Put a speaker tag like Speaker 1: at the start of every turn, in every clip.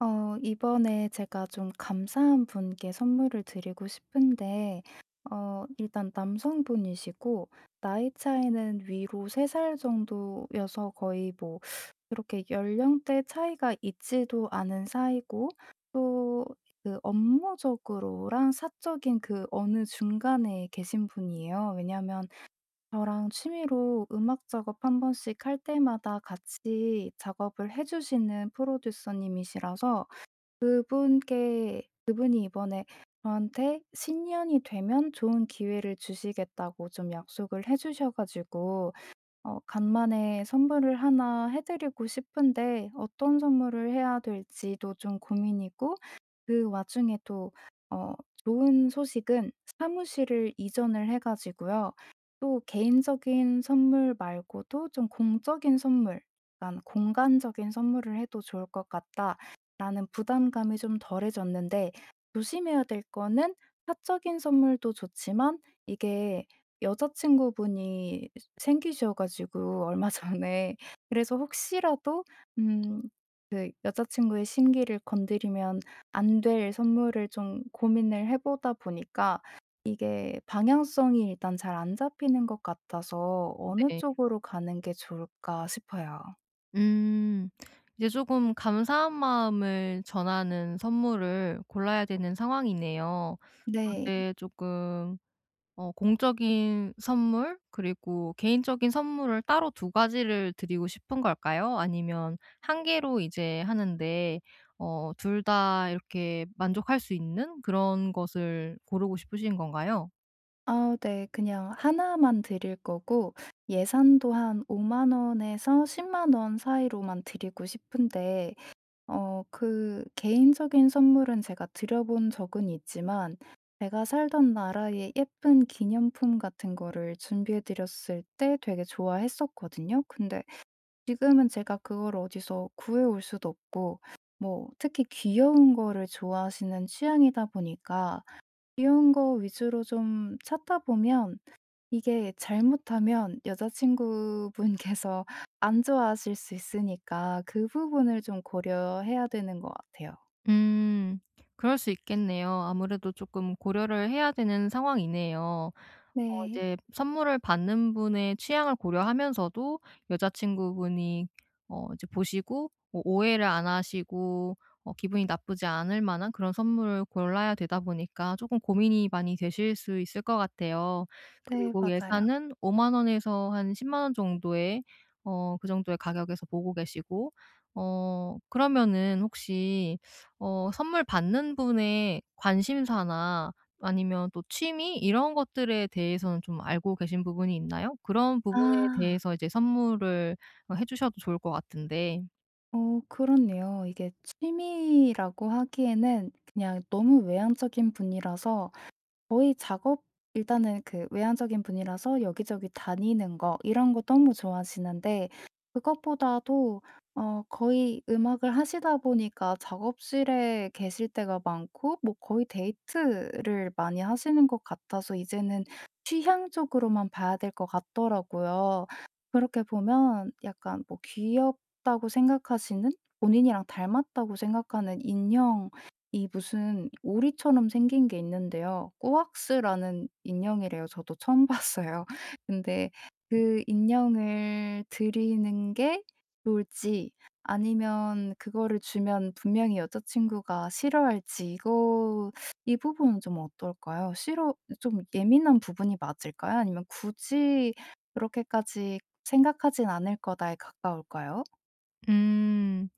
Speaker 1: 이번에 제가 좀 감사한 분께 선물을 드리고 싶은데, 일단 남성분이시고, 나이 차이는 위로 3살 정도여서 거의 뭐 그렇게 연령대 차이가 있지도 않은 사이고, 또 그 업무적으로랑 사적인 그 어느 중간에 계신 분이에요. 왜냐하면 저랑 취미로 음악 작업 한 번씩 할 때마다 같이 작업을 해 주시는 프로듀서님이시라서, 그분께 그분이 이번에 저한테 "신년이 되면 좋은 기회를 주시겠다."고 좀 약속을 해 주셔 가지고, 간만에 선물을 하나 해 드리고 싶은데, 어떤 선물을 해야 될지도 좀 고민이고, 그 와중에 또 좋은 소식은 사무실을 이전을 해 가지고요. 또 개인적인 선물 말고도 좀 공적인 선물, 약간 '공간적인 선물을 해도 좋을 것 같다.'라는 부담감이 좀 덜해졌는데, 조심해야 될 거는 사적인 선물도 좋지만, 이게 여자친구분이 생기셔 가지고 얼마 전에. 그래서 혹시라도 음 그 여자 친구의 심기를 건드리면 안 될 선물을 좀 고민을 해 보다 보니까, 이게 방향성이 일단 잘 안 잡히는 것 같아서 어느
Speaker 2: 네.
Speaker 1: 쪽으로 가는 게 좋을까 싶어요.
Speaker 2: 음. 이제 조금 감사한 마음을 전하는 선물을 골라야 되는 상황이네요.
Speaker 1: 네.
Speaker 2: 그런데 조금 공적인 선물 그리고 개인적인 선물을 따로 두 가지를 드리고 싶은 걸까요? 아니면 한 개로 이제 하는데 둘 다 이렇게 만족할 수 있는 그런 것을 고르고 싶으신 건가요?
Speaker 1: 아, 네. 그냥 하나만 드릴 거고, 예산도 한5만 원에서 1 0원 사이로만 드리고 싶은데, 그 개인적인 선물은 제가 드려 본 적은 있지만, 제가 살던 나라의 예쁜 기념품 같은 거를 준비해 드렸을 때 되게 좋아했었거든요. 근데 지금은 제가 그걸 어디서 구해 올 수도 없고, 뭐 특히 귀여운 거를 좋아하시는 취향이다 보니까 귀여운 거 위주로 좀 찾다 보면, 이게 잘못하면 여자친구분께서 안 좋아하실 수 있으니까 그 부분을 좀 고려해야 되는 것 같아요.
Speaker 2: 음. 그럴 수 있겠네요. 아무래도 조금 고려를 해야 되는 상황이네요.
Speaker 1: 네.
Speaker 2: 이제 선물을 받는 분의 취향을 고려하면서도 여자친구분이 이제 보시고 뭐 오해를 안 하시고 기분이 나쁘지 않을 만한 그런 선물을 골라야 되다 보니까 쪼끔 고민이 많이 되실 수 있을 것 같아요.
Speaker 1: 네,
Speaker 2: 그리고
Speaker 1: 맞아요.
Speaker 2: 예산은 5만 원에서 한 10만 원 정도의 그 정도의 가격에서 보고 계시고 그러면은 혹시 선물 받는 분의 관심사나 아니면 또 취미 이런 것들에 대해서는 좀 알고 계신 부분이 있나요? 그런 부분에
Speaker 1: 아.
Speaker 2: 대해서 이제 선물을 해 주셔도 좋을 것 같은데.
Speaker 1: 어, 그렇네요. 이게 취미라고 하기에는 그냥 너무 외향적인 분이라서, 거의 작업 일단은 그 외향적인 분이라서 여기저기 다니는 거 이런 거 너무 좋아하시는데, 그것보다도 거의 음악을 하시다 보니까 작업실에 계실 때가 많고, 뭐 거의 데이트를 많이 하시는 것 같아서 이제는 취향 쪽으로만 봐야 될 것 같더라고요. 그렇게 보면 약간 뭐 귀엽다고 생각하시는, 본인이랑 닮았다고 생각하는 인형, 이 무슨 오리처럼 생긴 게 있는데요. 꾸왁스라는 인형이래요. 저도 처음 봤어요. 근데 그 인형을 드리는 게 좋을지, 아니면 그거를 주면 분명히 여자친구가 싫어할지, 이거 이 부분은 좀 어떨까요? 싫어 좀 예민한 부분이 맞을까요? 아니면 굳이 그렇게까지 생각하진 않을 거다에 가까울까요?
Speaker 2: 음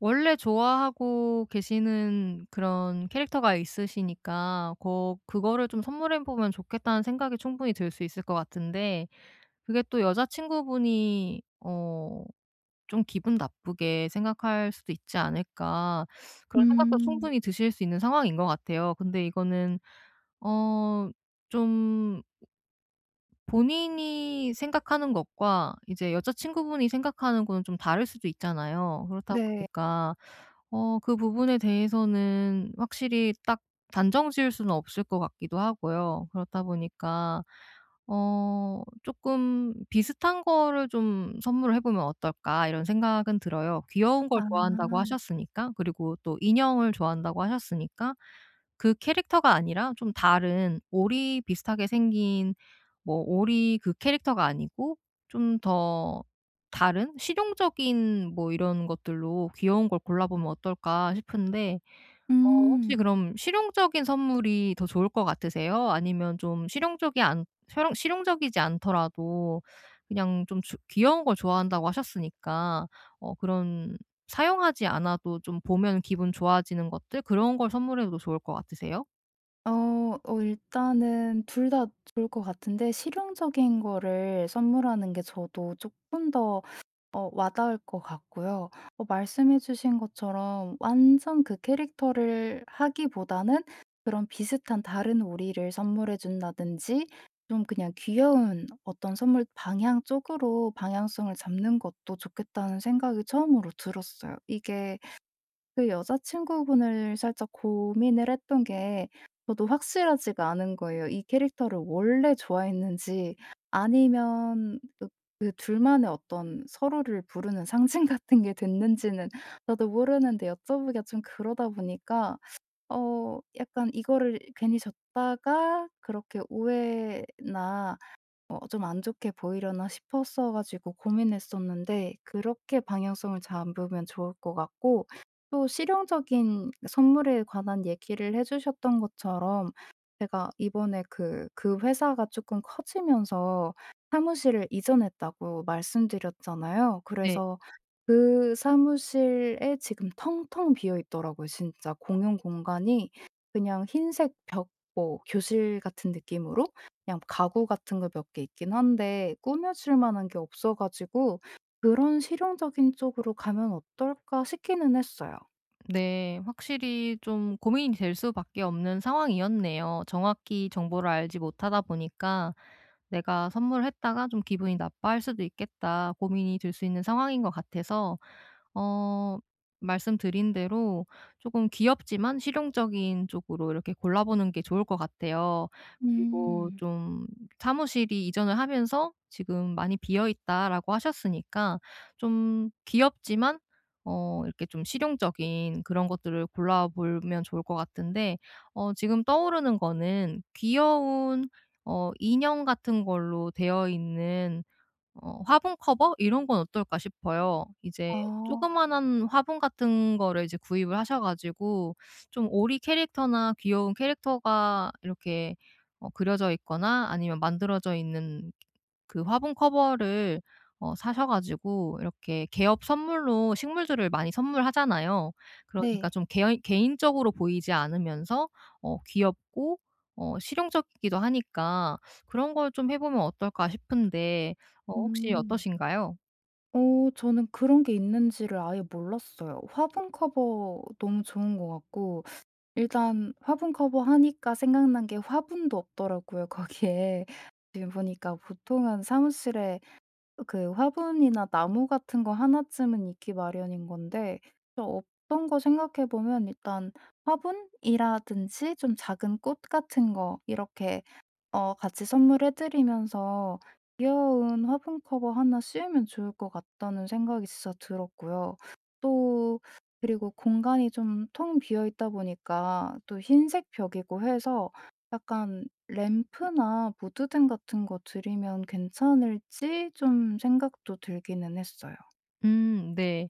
Speaker 2: 원래 좋아하고 계시는 그런 캐릭터가 있으시니까 거 그거를 좀 선물해 보면 좋겠다는 생각이 충분히 들 수 있을 것 같은데, 그게 또 여자친구분이 좀 기분 나쁘게 생각할 수도 있지 않을까 그런 생각도
Speaker 1: 음.
Speaker 2: 충분히 드실 수 있는 상황인 것 같아요. 근데 이거는 어좀 본인이 생각하는 것과 이제 여자친구분이 생각하는 거는 좀 다를 수도 있잖아요. 그렇다
Speaker 1: 네.
Speaker 2: 보니까 그 부분에 대해서는 확실히 딱 단정 지을 수는 없을 것 같기도 하고요. 그렇다 보니까 어금 '비슷한 거를 좀 선물을 해 보면 어떨까?' 이런 생각은 들어요. 귀여운 걸
Speaker 1: 아.
Speaker 2: 좋아한다고 하셨으니까. 그리고 또 인형을 좋아한다고 하셨으니까 그 캐릭터가 아니라 좀 다른 오리 비슷하게 생긴, 뭐 오리 그 캐릭터가 아니고 좀 더 다른 실용적인 뭐 이런 것들로 귀여운 걸 골라보면 어떨까 싶은데. 혹시
Speaker 1: 음.
Speaker 2: 그럼 실용적인 선물이 더 좋을 것 같으세요? 아니면 좀 실용적이 않 실용 실용적이지 않더라도 그냥 좀 주 귀여운 걸 좋아한다고 하셨으니까 그런, 사용하지 않아도 좀 보면 기분 좋아지는 것들 그런 걸 선물해도 좋을 것 같으세요?
Speaker 1: 어. 어, 일단은 둘 다 좋을 것 같은데 실용적인 거를 선물하는 게 저도 조금 더 와닿을 것 같고요. 말씀해 주신 것처럼 완전 그 캐릭터를 하기보다는 그런 비슷한 다른 오리를 선물해 준다든지, 좀 그냥 귀여운 어떤 선물 방향 쪽으로 방향성을 잡는 것도 좋겠다는 생각이 처음으로 들었어요. 이게 그 여자친구분을 살짝 고민을 했던 게 저도 확실하지가 않은 거예요. 이 캐릭터를 원래 좋아했는지, 아니면 그 둘만의 어떤 서로를 부르는 상징 같은 게 됐는지는 저도 모르는데, 여쭤보기가 좀 그러다 보니까 약간 이거를 괜히 줬다가 그렇게 오해나 좀 안 좋게 보이려나 싶었어 가지고 고민했었는데, 그렇게 방향성을 잡으면 좋을 것 같고, 또 실용적인 선물에 관한 얘기를 해 주셨던 것처럼 제가 이번에 그 회사가 조금 커지면서 사무실을 이전했다고 말씀드렸잖아요.
Speaker 2: 네.
Speaker 1: 그래서 그 사무실에 지금 텅텅 비어 있더라고요, 진짜 공용 공간이. 그냥 흰색 벽, 뭐 교실 같은 느낌으로, 그냥 가구 같은 거 몇 개 있긴 한데 꾸며 줄 만한 게 없어 가지고, '그런 실용적인 쪽으로 가면 어떨까?' 싶기는 했어요.
Speaker 2: 네. 확실히 좀 고민이 될 수밖에 없는 상황이었네요. 정확히 정보를 알지 못하다 보니까 '내가 선물했다가 좀 기분이 나빠할 수도 있겠다.' 고민이 들 수 있는 상황인 것 같아서 어 말씀드린 대로 조금 귀엽지만 실용적인 쪽으로 이렇게 골라보는 게 좋을 것 같아요. 그리고
Speaker 1: 음.
Speaker 2: 좀 사무실이 이전을 하면서 지금 많이 비어 있다라고 하셨으니까 좀 귀엽지만 이렇게 좀 실용적인 그런 것들을 골라보면 좋을 것 같은데, 지금 떠오르는 거는 귀여운 인형 같은 걸로 되어 있는 화분 커버, 이런 건 어떨까 싶어요. 이제
Speaker 1: 아.
Speaker 2: 조그마한 화분 같은 거를 이제 구입을 하셔 가지고 좀 오리 캐릭터나 귀여운 캐릭터가 이렇게 그려져 있거나 아니면 만들어져 있는 그 화분 커버를 사셔 가지고, 이렇게 개업 선물로 식물들을 많이 선물하잖아요. 그러니까
Speaker 1: 네.
Speaker 2: 좀 개인적으로 보이지 않으면서 귀엽고 실용적이기도 하니까 '그런 걸 좀 해 보면 어떨까?' 싶은데 혹시
Speaker 1: 음.
Speaker 2: 어떠신가요?
Speaker 1: 어, 저는 그런 게 있는지를 아예 몰랐어요. 화분 커버 너무 좋은 것 같고, 일단 화분 커버 하니까 생각난 게 화분도 없더라고요, 거기에. 지금 보니까 보통은 사무실에 그 화분이나 나무 같은 거 하나쯤은 있기 마련인 건데, 저 어떤 거 생각해 보면 일단 화분이라든지 좀 작은 꽃 같은 거, 이렇게 같이 선물해 드리면서 귀여운 화분 커버 하나 씌우면 좋을 것 같다는 생각이 진짜 들었고요. 또, 그리고 공간이 좀 텅 비어 있다 보니까 또 흰색 벽이고 해서 약간 램프나 무드등 같은 거 드리면 괜찮을지 좀 생각도 들기는 했어요.
Speaker 2: 네.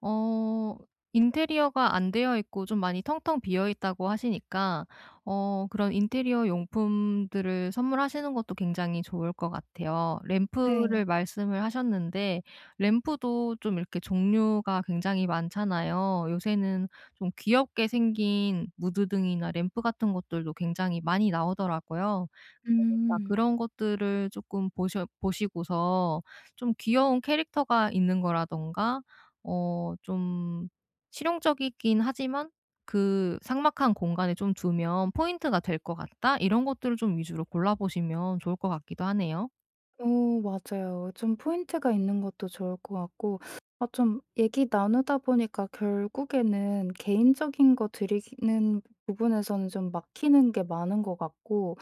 Speaker 2: 어 인테리어가 안 되어 있고 좀 많이 텅텅 비어 있다고 하시니까 그런 인테리어 용품들을 선물하시는 것도 굉장히 좋을 것 같아요. 램프를
Speaker 1: 네.
Speaker 2: 말씀을 하셨는데 램프도 좀 이렇게 종류가 굉장히 많잖아요. 요새는 좀 귀엽게 생긴 무드등이나 램프 같은 것들도 굉장히 많이 나오더라고요. 그까
Speaker 1: 음.
Speaker 2: 그런 것들을 조금 보셔 보시고서 좀 귀여운 캐릭터가 있는 거라든가 좀 실용적이긴 하지만 그 삭막한 공간에 좀 두면 '포인트가 될 것 같다.' 이런 것들을 좀 위주로 골라 보시면 좋을 것 같기도 하네요.
Speaker 1: 오, 맞아요. 좀 포인트가 있는 것도 좋을 것 같고, 아, 좀 얘기 나누다 보니까 결국에는 개인적인 거 드리는 부분에서는 좀 막히는 게 많은 것 같고,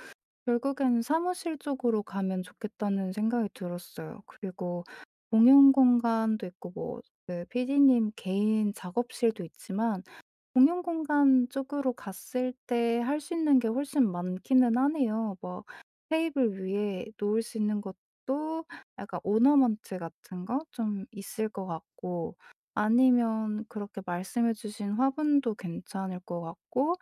Speaker 1: 결국에는 사무실 쪽으로 가면 좋겠다는 생각이 들었어요. 그리고 공용 공간도 있고, 뭐 그 PD님 개인 작업실도 있지만, 공연 공간 쪽으로 갔을 때 할 수 있는 게 훨씬 많기는 하네요. 뭐 테이블 위에 놓을 수 있는 것도, 약간 오너먼트 같은 거 좀 있을 것 같고, 아니면 그렇게 말씀해 주신 화분도 괜찮을 것 같고,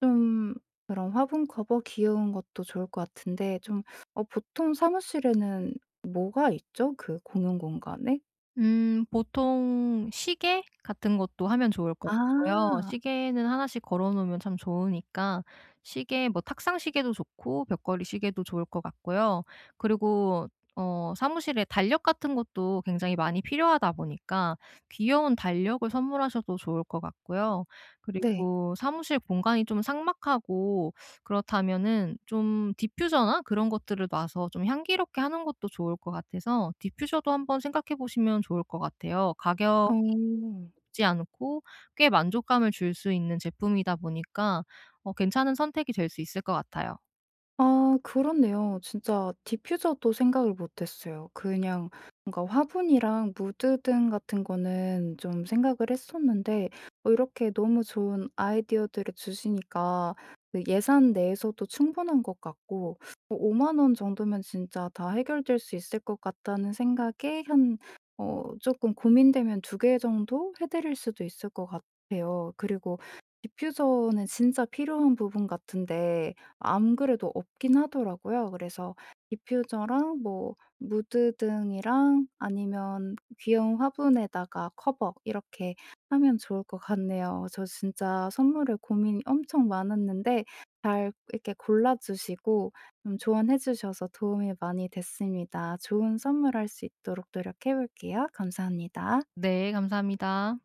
Speaker 1: 좀 그런 화분 커버 귀여운 것도 좋을 것 같은데, 좀 보통 사무실에는 뭐가 있죠? 그 공용 공간에?
Speaker 2: 음. 보통 시계 같은 것도 하면 좋을 것 같고요.
Speaker 1: 아.
Speaker 2: 시계는 하나씩 걸어 놓으면 참 좋으니까. 시계 뭐 탁상 시계도 좋고 벽걸이 시계도 좋을 것 같고요. 그리고 사무실에 달력 같은 것도 굉장히 많이 필요하다 보니까 귀여운 달력을 선물하셔도 좋을 것 같고요.
Speaker 1: 네.
Speaker 2: 그리고 사무실 공간이 좀 삭막하고 그렇다면은 좀 디퓨저나 그런 것들을 놔서 좀 향기롭게 하는 것도 좋을 것 같아서 디퓨저도 한번 생각해 보시면 좋을 것 같아요. 가격이
Speaker 1: 어.
Speaker 2: 높지 않고 꽤 만족감을 줄 수 있는 제품이다 보니까 괜찮은 선택이 될 수 있을 것 같아요.
Speaker 1: 아, 그렇네요. 진짜 디퓨저도 생각을 못 했어요. 그냥 뭔가 화분이랑 무드등 같은 거는 좀 생각을 했었는데, 이렇게 너무 좋은 아이디어들을 주시니까 그 예산 내에서도 충분한 것 같고, 어5만 원 정도면 진짜 다 해결될 수 있을 것 같다는 생각에, 한 어쪼 고민되면 두 개 정도 해 드릴 수도 있을 것 같아요. 그리고 디퓨저는 진짜 필요한 부분 같은데 안 그래도 없긴 하더라고요. 그래서 디퓨저랑 뭐 무드 등이랑, 아니면 귀여운 화분에다가 커버 이렇게 하면 좋을 것 같네요. 저 진짜 선물에 고민이 엄청 많았는데, 잘 이렇게 골라 주시고 좀 조언해 주셔서 도움이 많이 됐습니다. 좋은 선물할 수 있도록 노력해 볼게요. 감사합니다.
Speaker 2: 네, 감사합니다.